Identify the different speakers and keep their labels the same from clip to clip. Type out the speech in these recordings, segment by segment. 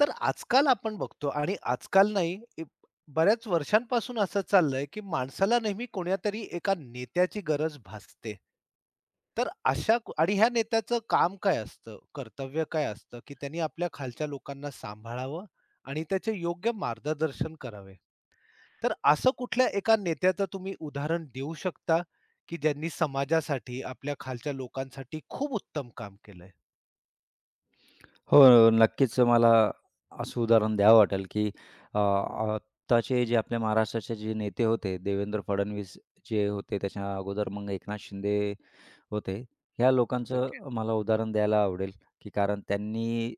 Speaker 1: तर आजकाल आपण बघतो आणि आजकाल नाही, बऱ्याच वर्षांपासून असं चाललंय, की माणसाला नेहमी कोण्यातरी एका नेत्याची गरज भासते. आणि ह्या नेत्याचं काम काय असतं, कर्तव्य काय असतं, की त्यांनी आपल्या खालच्या लोकांना सांभाळावं आणि त्याचे योग्य मार्गदर्शन करावे. तर असं कुठल्या एका नेत्याचं तुम्ही उदाहरण देऊ शकता, की ज्यांनी समाजासाठी, आपल्या खालच्या लोकांसाठी खूप उत्तम काम केलंय?
Speaker 2: हो, नक्कीच मला असं उदाहरण द्यावं वाटेल, की आत्ताचे जे आपल्या महाराष्ट्राचे जे नेते होते, देवेंद्र फडणवीस जे होते, त्याच्या अगोदर मग एकनाथ शिंदे होते. ह्या
Speaker 1: ओके.
Speaker 2: लोकांचं मला उदाहरण द्यायला आवडेल, की कारण त्यांनी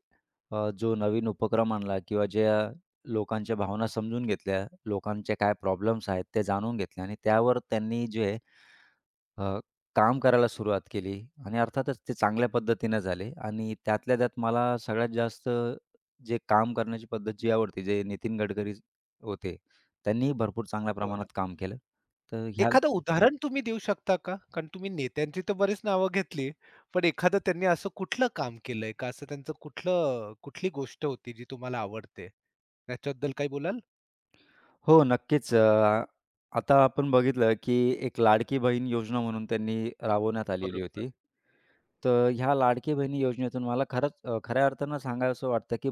Speaker 2: जो नवीन उपक्रम आणला किंवा ज्या लोकांच्या भावना समजून घेतल्या, लोकांचे काय प्रॉब्लेम्स आहेत, ते जाणून घेतले आणि त्यावर त्यांनी जे अ, काम करायला सुरुवात केली आणि अर्थातच ते चांगल्या पद्धतीनं झाले आणि त्यातल्या त्यात मला सगळ्यात जास्त जे काम करण्याची पद्धत जी आवडते, जे नितीन गडकरी होते, त्यांनीही भरपूर चांगल्या प्रमाणात काम केलं. तर ह्या
Speaker 1: एखादं उदाहरण तुम्ही देऊ शकता का? कारण तुम्ही नेत्यांची तर बरीच नावं घेतली. पण एखादं त्यांनी असं कुठलं काम केलंय का? असं त्यांचं कुठलं कुठली गोष्ट होती जी तुम्हाला आवडते? त्याच्याबद्दल काही बोलाल?
Speaker 2: हो, नक्कीच. आता आपण बघितलं, की एक लाडकी बहीण योजना म्हणून त्यांनी राबवण्यात आलेली
Speaker 1: बरोबर.
Speaker 2: होती. तर ह्या लाडकी बहिणी योजनेतून मला खरंच खऱ्या अर्थानं सांगावसं वाटतं, की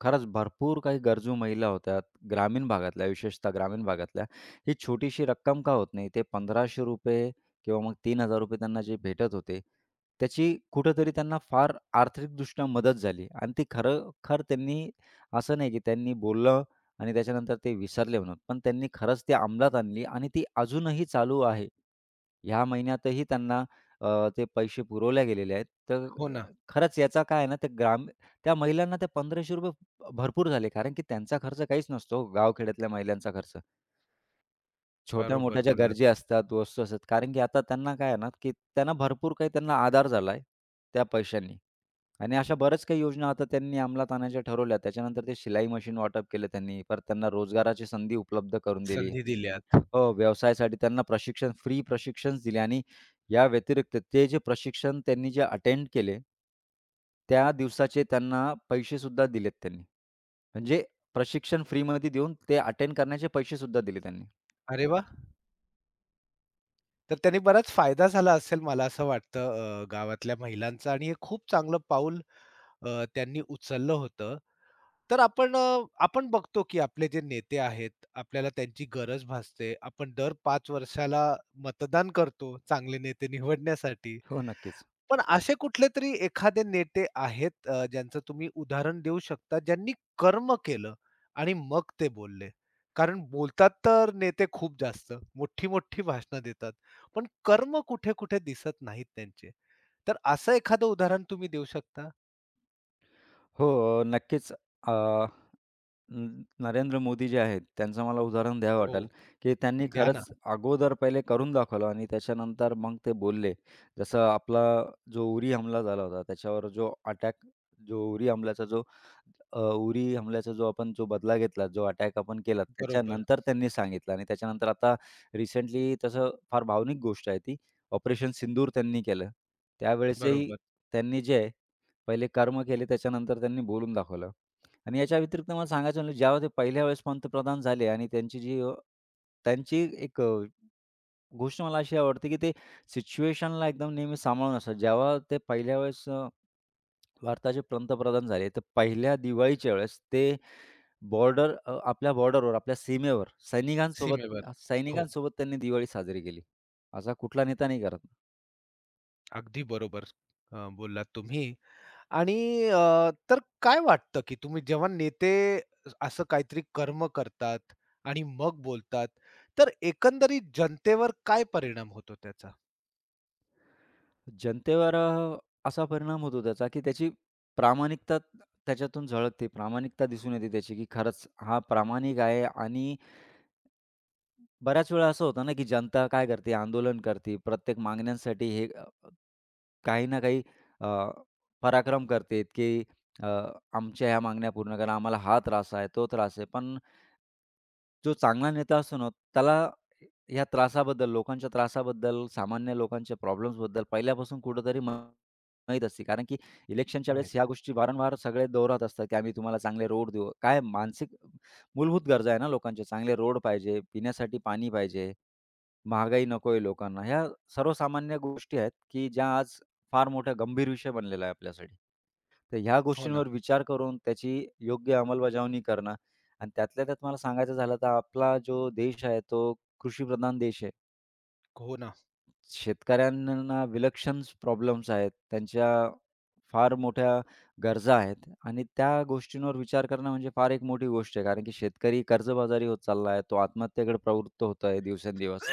Speaker 2: खरंच भरपूर काही गरजू महिला होत्या, ग्रामीण भागातल्या, विशेषतः ग्रामीण भागातल्या. ही छोटीशी रक्कम का होत नाही, ते ₹1,500 किंवा मग ₹3,000 त्यांना जे भेटत होते, त्याची कुठेतरी त्यांना फार आर्थिकदृष्ट्या मदत झाली आणि ती खरोखर त्यांनी असं नाही, की त्यांनी बोललं आणि त्याच्यानंतर ते विसरले म्हणून. पण त्यांनी खरंच ती अंमलात आणली आणि ती अजूनही चालू आहे. ह्या महिन्यातही त्यांना ते पैसे पुरवल्या गेलेले आहेत. तर
Speaker 1: हो ना.
Speaker 2: खरंच याचा काय आहे ना, ते त्या महिलांना ते ₹1500 भरपूर झाले. कारण की त्यांचा खर्च काहीच नसतो, हो, गावखेड्यातल्या महिलांचा खर्च. छोट्या-मोठ्या
Speaker 1: बरोबर
Speaker 2: ज्या गरजा
Speaker 1: बोललात.
Speaker 2: असतात, वस्तू असतात. कारण की आता त्यांना काय आहे ना, की त्यांना भरपूर काही त्यांना आधार झाला आहे त्या पैशांनी. आणि अशा बऱ्याच काही योजना आता त्यांनी अंमलात आणायच्या ठरवल्या. त्याच्यानंतर ते शिलाई मशीन वाटप केलं त्यांनी. परत त्यांना रोजगाराची संधी उपलब्ध करून दिली.
Speaker 1: संधी दिल्यात.
Speaker 2: हो, व्यवसायासाठी त्यांना प्रशिक्षणच दिले आणि या व्यतिरिक्त ते जे प्रशिक्षण त्यांनी जे अटेंड केले, त्या दिवसाचे त्यांना पैसेसुद्धा दिलेत त्यांनी. म्हणजे प्रशिक्षण फ्रीमध्ये देऊन ते अटेंड करण्याचे पैसेसुद्धा दिले त्यांनी.
Speaker 1: अरे वाह! तर त्याने बराच फायदा झाला असेल मला असं वाटतं, गावातल्या महिलांचा आणि हे खूप चांगलं पाऊल त्यांनी उचललं होतं. तर आपण बघतो की आपले जे नेते आहेत, आपल्याला त्यांची गरज भासते. आपण दर पाच वर्षाला मतदान करतो चांगले नेते निवडण्यासाठी.
Speaker 2: हो, नक्कीच.
Speaker 1: पण असे कुठलेतरी एखादे नेते आहेत, ज्यांचं तुम्ही उदाहरण देऊ शकता, ज्यांनी कर्म केलं आणि मग ते बोलले? कारण बोलतात तर नेते खूप जास्त, मोठी-मोठी भाषणं देतात. पण कर्म कुठे-कुठे दिसत नाहीत त्यांचे. तर असं एखादं उदाहरण तुम्ही देऊ शकता?
Speaker 2: हो, नक्कीच. अ न नरेंद्र मोदी जे आहेत, त्यांचं मला उदाहरण द्यावं
Speaker 1: हो,
Speaker 2: वाटेल, की त्यांनी
Speaker 1: द्या ना.
Speaker 2: खरंच अगोदर पहिले करून दाखवलं आणि त्याच्यानंतर मग ते बोलले. जसं आपला जो उरी हमला झाला होता, त्याच्यावर जो अटॅक जो उरी हमल्याचा जो अ, उरी हमल्याचा जो आपण जो बदला घेतला, जो अटॅक आपण केला,
Speaker 1: बरोबर,
Speaker 2: त्याच्यानंतर त्यांनी सांगितलं आणि त्याच्यानंतर आता रिसेंटली तसं फार भावनिक गोष्ट आहे ती, ऑपरेशन सिंदूर त्यांनी केलं. त्यावेळेसही
Speaker 1: बरोबर.
Speaker 2: त्यांनी जे आहे, पहिले कर्म केले त्याच्यानंतर त्यांनी बोलून दाखवलं. आणि याच्या व्यतिरिक्त मला सांगायचं म्हणजे जेव्हा ते पहिल्या वेळेस पंतप्रधान झाले आणि त्यांची जी त्यांची एक गोष्ट मला अशी आवडते, की ते सिच्युएशनला एकदम नेहमी सांभाळून असतात. जेव्हा ते पहिल्या वेळेस भारताचे पंतप्रधान झाले, तर पहिल्या दिवाळीच्या वेळेस ते आपल्या बॉर्डरवर, आपल्या सीमेवर
Speaker 1: सीमेवर.
Speaker 2: सैनिकांसोबत
Speaker 1: हो,
Speaker 2: सैनिकांसोबत त्यांनी दिवाळी साजरी केली. असा कुठला नेता नाही करत.
Speaker 1: अगदी बरोबर बोललात तुम्ही. आणि तर काय वाटतं, की तुम्ही जेव्हा नेते असं काहीतरी कर्म करतात आणि मग बोलतात, तर एकंदरीत जनतेवर काय परिणाम होतो त्याचा?
Speaker 2: जनतेवर असा परिणाम होतो त्याचा, की त्याची प्रामाणिकता त्याच्यातून झळकते. प्रामाणिकता दिसून येते त्याची, की खरंच हा प्रामाणिक आहे आणि बऱ्याच वेळा असं होतं ना, की जनता काय करते, आंदोलन करते. प्रत्येक मागण्यांसाठी हे काही ना काही अ, पराक्रम करते, की अ, आमच्या ह्या मागण्या पूर्ण करा, आम्हाला हा त्रास आहे, तो त्रास आहे. पण जो चांगला नेता असतो ना, त्याला या त्रासाबद्दल, लोकांच्या त्रासाबद्दल, सामान्य लोकांच्या प्रॉब्लेम्सबद्दल पहिल्यापासून कुठेतरी माहीत असते. कारण की इलेक्शनच्या वेळेस
Speaker 1: माहीत.
Speaker 2: ह्या गोष्टी वारंवार सगळे दोहरावत असतात, की आम्ही तुम्हाला चांगले रोड देऊ. काय मूलभूत गरजा आहे ना लोकांच्या. चांगले रोड पाहिजे, पिण्यासाठी पाणी पाहिजे, महागाई नको लोकांना. ह्या सर्वसामान्य गोष्टी आहेत, की ज्या आज फार मोठा गंभीर विषय बनलेला आहे आपल्यासाठी. तर ह्या
Speaker 1: हो ना.
Speaker 2: गोष्टींवर विचार करून त्याची योग्य अंमलबजावणी करणं आणि त्यातल्या त्यात मला सांगायचं झालं तर आपला जो देश आहे तो कृषीप्रधान देश आहे.
Speaker 1: हो ना.
Speaker 2: शेतकऱ्यांना विलक्षण प्रॉब्लेम्स आहेत. त्यांच्या फार मोठ्या गरजा आहेत आणि त्या गोष्टींवर विचार करणं म्हणजे फार एक मोठी गोष्ट आहे. कारण की शेतकरी कर्जबाजारी होत चालला आहे. तो आत्महत्येकडे प्रवृत्त होत आहे दिवसेंदिवस.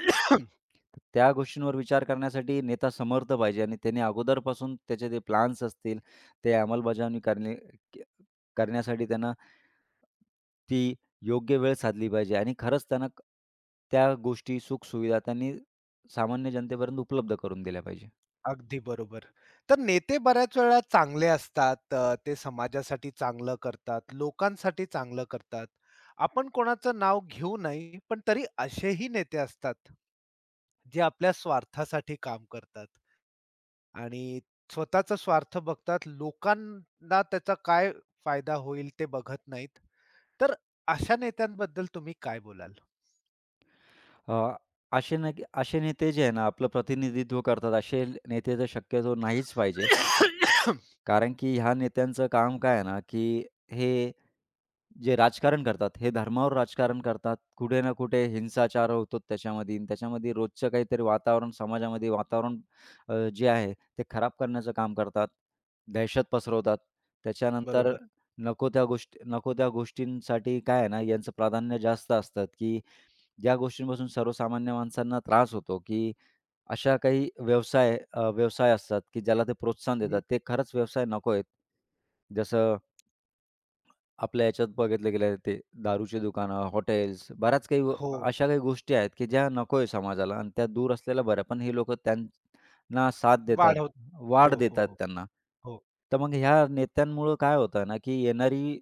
Speaker 2: तर त्या गोष्टींवर विचार करण्यासाठी नेता समर्थ पाहिजे आणि त्याने अगोदरपासून त्याचे ते प्लॅन्स असतील, ते अंमलबजावणी करणे क करण्यासाठी त्यांना ती योग्य वेळ साधली पाहिजे आणि खरंच त्यांना त्या गोष्टी, सुखसुविधा त्यांनी सामान्य जनतेपर्यंत उपलब्ध करून दिल्या पाहिजे.
Speaker 1: अगदी बरोबर. तर नेते बऱ्याच वेळा चांगले असतात. ते समाजासाठी चांगलं करतात, लोकांसाठी चांगलं करतात. आपण कोणाचं नाव घेऊ नये, पण तरी असेही नेते असतात, जे आपल्या स्वार्थासाठी काम करतात आणि स्वतःचा स्वार्थ बघतात. लोकांना त्याचा काय फायदा होईल ते बघत नाहीत. तर अशा नेत्यांबद्दल तुम्ही काय बोलाल?
Speaker 2: अ, असे न असे नेते जे आहे ना, आपलं प्रतिनिधित्व करतात, असे नेते तर शक्यतो नाहीच पाहिजे. कारण की ह्या नेत्यांचं काम काय आहे ना, की हे जे राजकारण करतात, हे धर्मावर राजकारण करतात. कुठे ना कुठे हिंसाचार होतो त्याच्यामध्ये आणि त्याच्यामध्ये रोजचं काहीतरी वातावरण जे आहे ते खराब करण्याचं काम करतात. दहशत पसरवतात. त्याच्यानंतर
Speaker 1: बरोबर.
Speaker 2: नको त्या गोष्टींसाठी काय आहे ना, यांचं प्राधान्य जास्त असतात, की ज्या गोष्टींपासून सर्वसामान्य माणसांना त्रास होतो, की अशा काही व्यवसाय अ, व्यवसाय असतात, की ज्याला ते प्रोत्साहन देतात.
Speaker 1: हं.
Speaker 2: ते खरंच व्यवसाय नको आहेत. जसं आपल्या याच्यात बघितलं गेलं ते दारूची दुकानं, हॉटेल्स,
Speaker 1: हो.
Speaker 2: अशा काही गोष्टी आहेत, की ज्या नको समाजाला आणि त्या दूर असलेल्या बऱ्या. पण हे लोकं त्यांना साथ देतात,
Speaker 1: वाढव. हो,
Speaker 2: वाढ
Speaker 1: हो,
Speaker 2: देतात
Speaker 1: हो.
Speaker 2: त्यांना.
Speaker 1: हो.
Speaker 2: तर मग ह्या नेत्यांमुळं काय होतं ना, की येणारी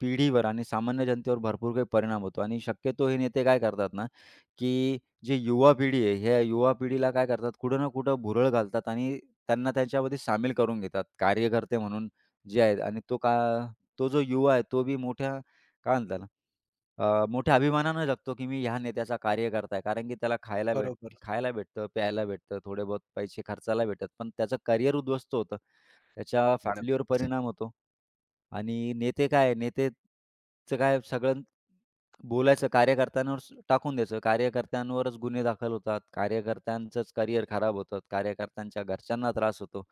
Speaker 2: पिढीवर आणि सामान्य जनतेवर भरपूर काही परिणाम होतो आणि शक्यतो हे नेते काय करतात ना, की जी युवा पिढी आहे, ह्या युवा पिढीला काय करतात, कुठं ना कुठं भुरळ घालतात आणि त्यांना त्यांच्यामध्ये सामील करून घेतात, कार्यकर्ते म्हणून जे आहेत आणि तो जो युवा आहे तो बी मोठ्या काय म्हणता ना अ, मोठ्या अभिमानानं जगतो, की मी ह्या नेत्याचा कार्यकर्ता आहे. कारण की त्याला खायला भेट
Speaker 1: बरोबर.
Speaker 2: खायला भेटतं, प्यायला भेटतं, थोडे बहुत पैसे खर्चायला भेटतात. पण त्याचं करिअर उद्ध्वस्त होतं. त्याच्या फॅमिलीवर
Speaker 1: नक्कीच.
Speaker 2: परिणाम होतो आणि नेते काय आहे, नेतेचं काय सगळं बोलायचं, टाकून द्यायचं. कार्यकर्त्यांवरच गुन्हे दाखल होतात. कार्यकर्त्यांचंच करिअर खराब होतात. कार्यकर्त्यांच्या घरच्यांना त्रास होतो.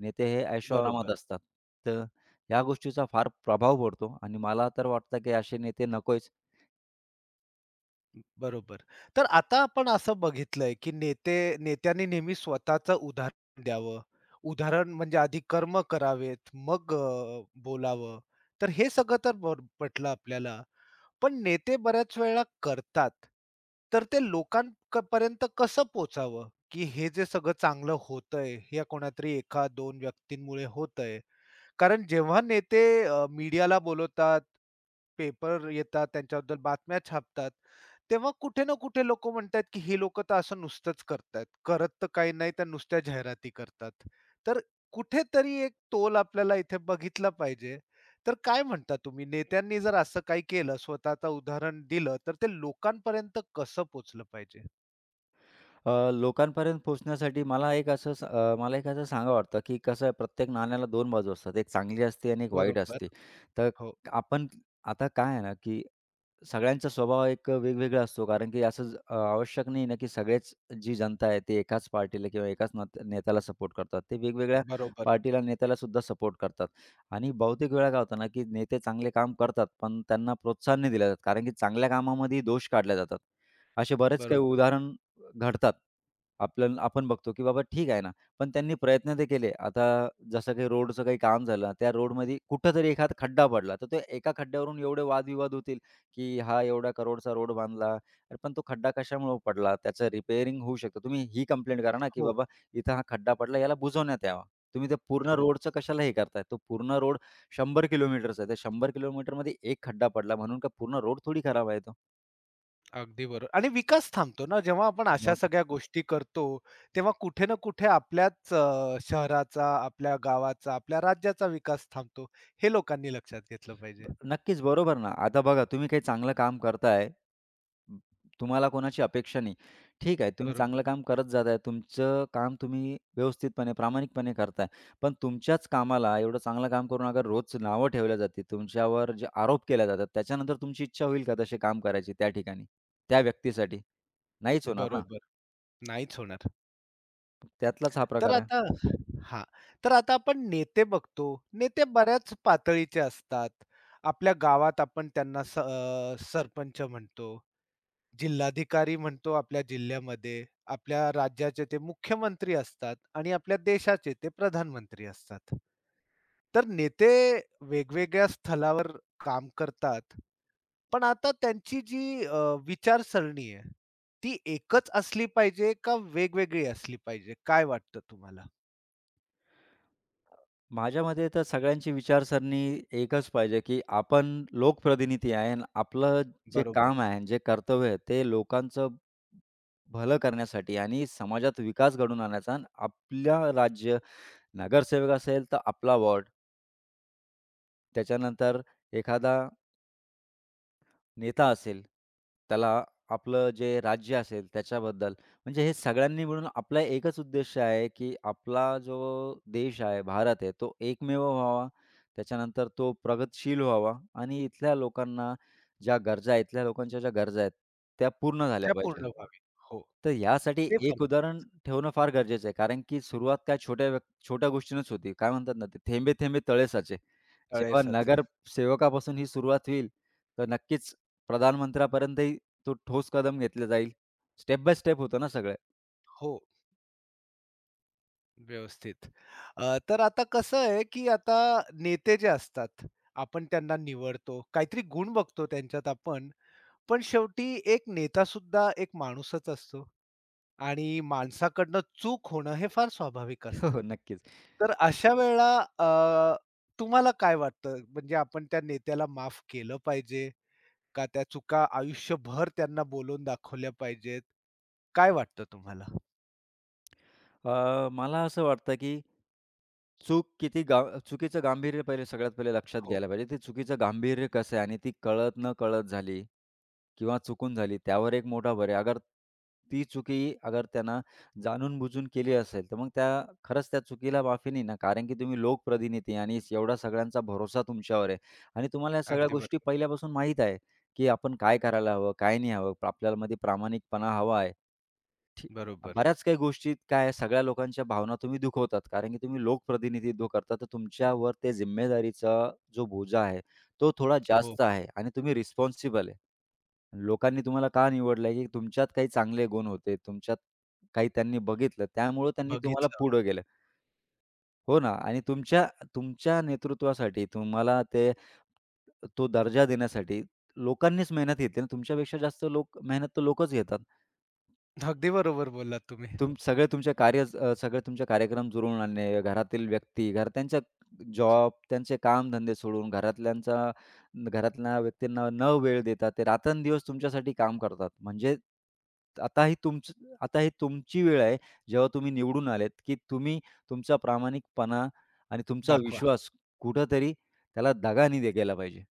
Speaker 2: नेते हे
Speaker 1: बरोबर,
Speaker 2: ऐशोआरामात असतात. तर या गोष्टीचा फार प्रभाव पडतो आणि मला तर वाटतं की असे नेते नकोच.
Speaker 1: बरोबर. तर आता आपण असं बघितलंय, की नेत्यांनी नेहमी स्वतःचं उदाहरण द्यावं. उदाहरण म्हणजे आधी कर्म करावेत, मग बोलावं. तर हे सगळं तर बर पटलं आपल्याला. पण नेते बऱ्याच वेळेला करतात. तर ते लोकांपर्यंत कसं पोहोचावं, की हे जे सगळं चांगलं होतंय, हे या कोणातरी 1-2 व्यक्तींमुळे होतंय. कारण जेव्हा नेते, मीडियाला बोलवतात, पेपर येतात, त्यांच्याबद्दल बातम्या छापतात, तेव्हा कुठे ना कुठे लोकं म्हणतात, की ही लोकं तर असं नुसतंच करतायत. करत तर काही नाही, त्या नुसत्या जाहिराती करतात. तर कुठेतरी एक तोल आपल्याला इथे बघितला पाहिजे. तर काय म्हणता तुम्ही, नेत्यांनी जर असं काही केलं, स्वतःचं उदाहरण दिलं, तर ते लोकांपर्यंत कसं पोहोचलं पाहिजे?
Speaker 2: लोकांपर्यंत पोहोचण्यासाठी मला एक असं सांगा वाटतं, की कसं आहे प्रत्येक नाण्याला दोन बाजू असतात. एक चांगली असते आणि एक वाईट
Speaker 1: बरोबर.
Speaker 2: असते. तर
Speaker 1: हो.
Speaker 2: आपण आता काय आहे ना, की सगळ्यांचा स्वभाव एक वेगवेगळा असतो. कारण की आवश्यक नाही ना, की सगळेच जी जनता आहे, ते एकाच पार्टीला किंवा एकाच नत नेत्याला सपोर्ट करतात. ते वेगवेगळ्या
Speaker 1: बरोबर,
Speaker 2: पार्टीला नेत्यालासुद्धा सपोर्ट करतात. आणि बहुतेक वेळा काय होतं ना, की नेते चांगले काम करतात, पण त्यांना प्रोत्साहन नाही दिलं जात. कारण की चांगल्या कामामध्ये दोष काढले जातात. असे बरेच काही
Speaker 1: बरोबर.
Speaker 2: उदाहरण घडतात. आपल्याला आपण बघतो, की बाबा ठीक आहे ना, पण त्यांनी प्रयत्न ते केले. आता जसं काही रोडचं काही काम झालं, त्या रोडमध्ये कुठेतरी एखादा खड्डा पडला, तर ते एका खड्ड्यावरून एवढे वादविवाद होतील. की हा एवढा करोडचा रोड बांधला. अरे पण तो खड्डा कशामुळे पडला? त्याचं रिपेअरिंग होऊ शकतं. तुम्ही ही कंप्लेंट करा ना, की
Speaker 1: हो,
Speaker 2: बाबा इथं हा खड्डा पडला, याला बुजवण्यात यावा. तुम्ही ते पूर्ण
Speaker 1: हो.
Speaker 2: रोडचं कशाला हे करताय? तो पूर्ण रोड 100 किलोमीटरचा आहे. त्या 100 किलोमीटरमध्ये एक खड्डा पडला म्हणून का पूर्ण रोड थोडी खराब आहे तो.
Speaker 1: अगदी बरोबर आणि विकास थांबतो ना जेव्हा आपण अशा
Speaker 2: मग
Speaker 1: सगळ्या गोष्टी करतो, तेव्हा कुठे ना कुठे आपल्याच, शहराचा आपल्या गावाचा आपल्या राज्याचा विकास थांबतो. हे लोकांनी लक्षात घेतलं पाहिजे.
Speaker 2: ब नक्कीच, बरोबर ना. आता बघा तुम्ही काही चांगलं काम करताय. ब- तुम्हाला कोणाची अपेक्षा नाही. ठीक आहे, तुम्ही
Speaker 1: बरोबर.
Speaker 2: चांगलं काम करत जाताय. तुमचं काम तुम्ही व्यवस्थितपणे, प्रामाणिकपणे करताय. पण तुमच्याच कामाला एवढं चांगलं काम करून अगर रोज नावं ठेवल्या जातील, तुमच्यावर जे आरोप केले जातात, त्याच्यानंतर तुमची इच्छा होईल का तसे काम करायची त्या ठिकाणी, त्या व्यक्तीसाठी? नाहीच होणार ना.
Speaker 1: बरोबर. नाहीच होणार.
Speaker 2: त्यातलाच हा
Speaker 1: तर
Speaker 2: प्रकार आहे.
Speaker 1: आता हा तर आता आपण नेते बघतो. नेते बऱ्याच पातळीचे असतात. आपल्या गावात आपण त्यांना सरपंच म्हणतो, जिल्हाधिकारी म्हणतो आपल्या जिल्ह्यामध्ये, आपल्या राज्याचे ते मुख्यमंत्री असतात आणि आपल्या देशाचे ते प्रधानमंत्री असतात. तर नेते वेगवेगळ्या स्थलावर काम करतात. पण आता त्यांची विचारसरणी आहे, ती एकच असली पाहिजे का वेगवेगळी असली पाहिजे? काय वाटतं तुम्हाला?
Speaker 2: माझ्या मते तर सगळ्यांची विचारसरणी एकच पाहिजे, की आपण लोकप्रतिनिधी आहे आणि आपलं जे
Speaker 1: बरोबर.
Speaker 2: काम आहे, जे कर्तव्य आहे, ते लोकांचं भलं करण्यासाठी आणि समाजात विकास घडवून आणायचा आणि आपलं राज्य नगरसेवक असेल, तर आपला वॉर्ड, त्याच्यानंतर एखादा नेता असेल, त्याला आपलं जे राज्य असेल त्याच्याबद्दल, म्हणजे हे सगळ्यांनी मिळून आपला एकच उद्देश आहे, की आपला जो देश आहे, भारत आहे, तो एकमेव व्हावा. त्याच्यानंतर तो प्रगतशील व्हावा आणि इथल्या लोकांना ज्या गरजा आहेत, इथल्या लोकांच्या ज्या गरजा आहेत, त्या पूर्ण झाल्या
Speaker 1: त्या पूर्ण
Speaker 2: पाहिजे.
Speaker 1: व्हावी. हो.
Speaker 2: तर यासाठी
Speaker 1: ते
Speaker 2: एक
Speaker 1: फरक.
Speaker 2: उदाहरण ठेवणं फार गरजेचं आहे, कारण की सुरुवात त्या छोट्या गोष्टीनंच होती. काय म्हणतात ना ते, "थेंबे, थेंबे तळे साचे." जेव्हा
Speaker 1: तळेसाचे.
Speaker 2: नगरसेवकापासून ही सुरुवात होईल, तर नक्कीच प्रधानमंत्र्यापर्यंतही तो ठोस कदम घेतला जाईल. स्टेप बाय स्टेप होतं ना सगळं.
Speaker 1: हो. व्यवस्थित. तर आता कसं आहे, की आता नेते जे असतात, आपण त्यांना निवडतो. काहीतरी गुण बघतो त्यांच्यात आपण. पण शेवटी एक नेता सुद्धा एक माणूसच असतो आणि माणसाकडनं चूक होणं हे फार स्वाभाविक
Speaker 2: हो,
Speaker 1: असतं.
Speaker 2: हो. नक्कीच.
Speaker 1: तर अशा वेळेला, तुम्हाला काय वाटतं? म्हणजे आपण त्या नेत्याला माफ केलं पाहिजे का त्या चुका आयुष्यभर त्यांना बोलून दाखवल्या पाहिजेत? काय वाटतं तुम्हाला?
Speaker 2: अ, मला असं वाटतं, की चूक किती गा चुकीचं गांभीर्य सगळ्यात पहिले लक्षात
Speaker 1: हो,
Speaker 2: घ्यायला पाहिजे. ते चुकीचं गांभीर्य कसं आहे आणि ती कळत न कळत झाली किंवा चुकून झाली त्यावर एक मोठा भर आहे. अगर ती चुकी अगर त्यांना जाणून-बुजून केली असेल, तर मग त्या खरंच त्या चुकीला माफी नाही ना, कारण की तुम्ही लोकप्रतिनिधी आहे आणि एवढा सगळ्यांचा भरोसा तुमच्यावर आहे आणि तुम्हाला या सगळ्या
Speaker 1: अगदी
Speaker 2: गोष्टी
Speaker 1: बरोबर.
Speaker 2: पहिल्यापासून माहीत आहे, की आपण काय करायला हवं, काय नाही हवं. आपल्यामध्ये प्रामाणिकपणा हवा आहे. ठीक
Speaker 1: बरोबर.
Speaker 2: बऱ्याच काही गोष्टी काय आहे, सगळ्या लोकांच्या भावना तुम्ही दुखवतात. कारण की तुम्ही लोकप्रतिनिधित्व करता, तर तुमच्यावर ते जिम्मेदारीचा जो बोजा आहे, तो थोडा
Speaker 1: हो,
Speaker 2: जास्त आहे आणि तुम्ही रिस्पॉन्सिबल आहे. लोकांनी तुम्हाला का निवडलंय, की तुमच्यात काही चांगले गुण होते, तुमच्यात काही त्यांनी बघितलं, त्यामुळं त्यांनी तुम्हाला
Speaker 1: बघितलं.
Speaker 2: पुढं केलं. हो ना आणि तुमच्या तुमच्या नेतृत्वासाठी तुम्हाला ते तो दर्जा देण्यासाठी लोकांनीच मेहनत घेतली ना, तुमच्यापेक्षा जास्त लोक मेहनत तर लोकच घेतात.
Speaker 1: अगदी बरोबर बोललात तुम्ही.
Speaker 2: तुम सगळं तुमच्या कार्य अ, सगळं तुमचे कार्यक्रम जुळवून आणणे, घरातील व्यक्ती, घर त्यांच्या जॉब, त्यांचे कामधंदे सोडून घरातल्या व्यक्तींना न वेळ देता ते रात्रंदिवस तुमच्यासाठी काम करतात. म्हणजे आता ही तुमच आता ही तुमची वेळ आहे, जेव्हा तुम्ही निवडून आलेत, की तुम्ही तुमचा प्रामाणिकपणा आणि तुमचा
Speaker 1: दाखवा.
Speaker 2: विश्वास कुठेतरी त्याला दगा नाही दे गेला पाहिजे.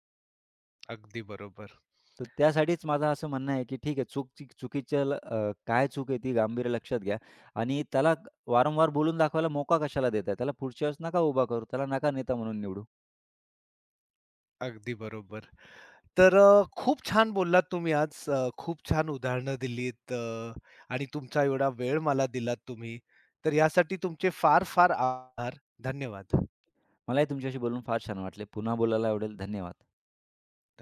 Speaker 1: अगदी बरोबर,
Speaker 2: तर त्यासाठीच माझं असं म्हणणं आहे, की ठीक आहे चूक ची चुकीच्या ल अ, काय चूक आहे ती गांभीर्य लक्षात घ्या आणि त्याला वारंवार बोलून दाखवायला मोका कशाला देताय? त्याला पुढच्या वेळेस नका उभा करू, त्याला नका नेता म्हणून निवडू.
Speaker 1: अगदी बरोबर. तर खूप छान बोललात तुम्ही आज. खूप छान उदाहरणं दिलीत, आणि तुमचा एवढा वेळ मला दिलात तुम्ही. तर यासाठी तुमचे फार-फार आभार. धन्यवाद.
Speaker 2: मलाही तुमच्याशी बोलून फार छान वाटले. पुन्हा बोलायला आवडेल. धन्यवाद.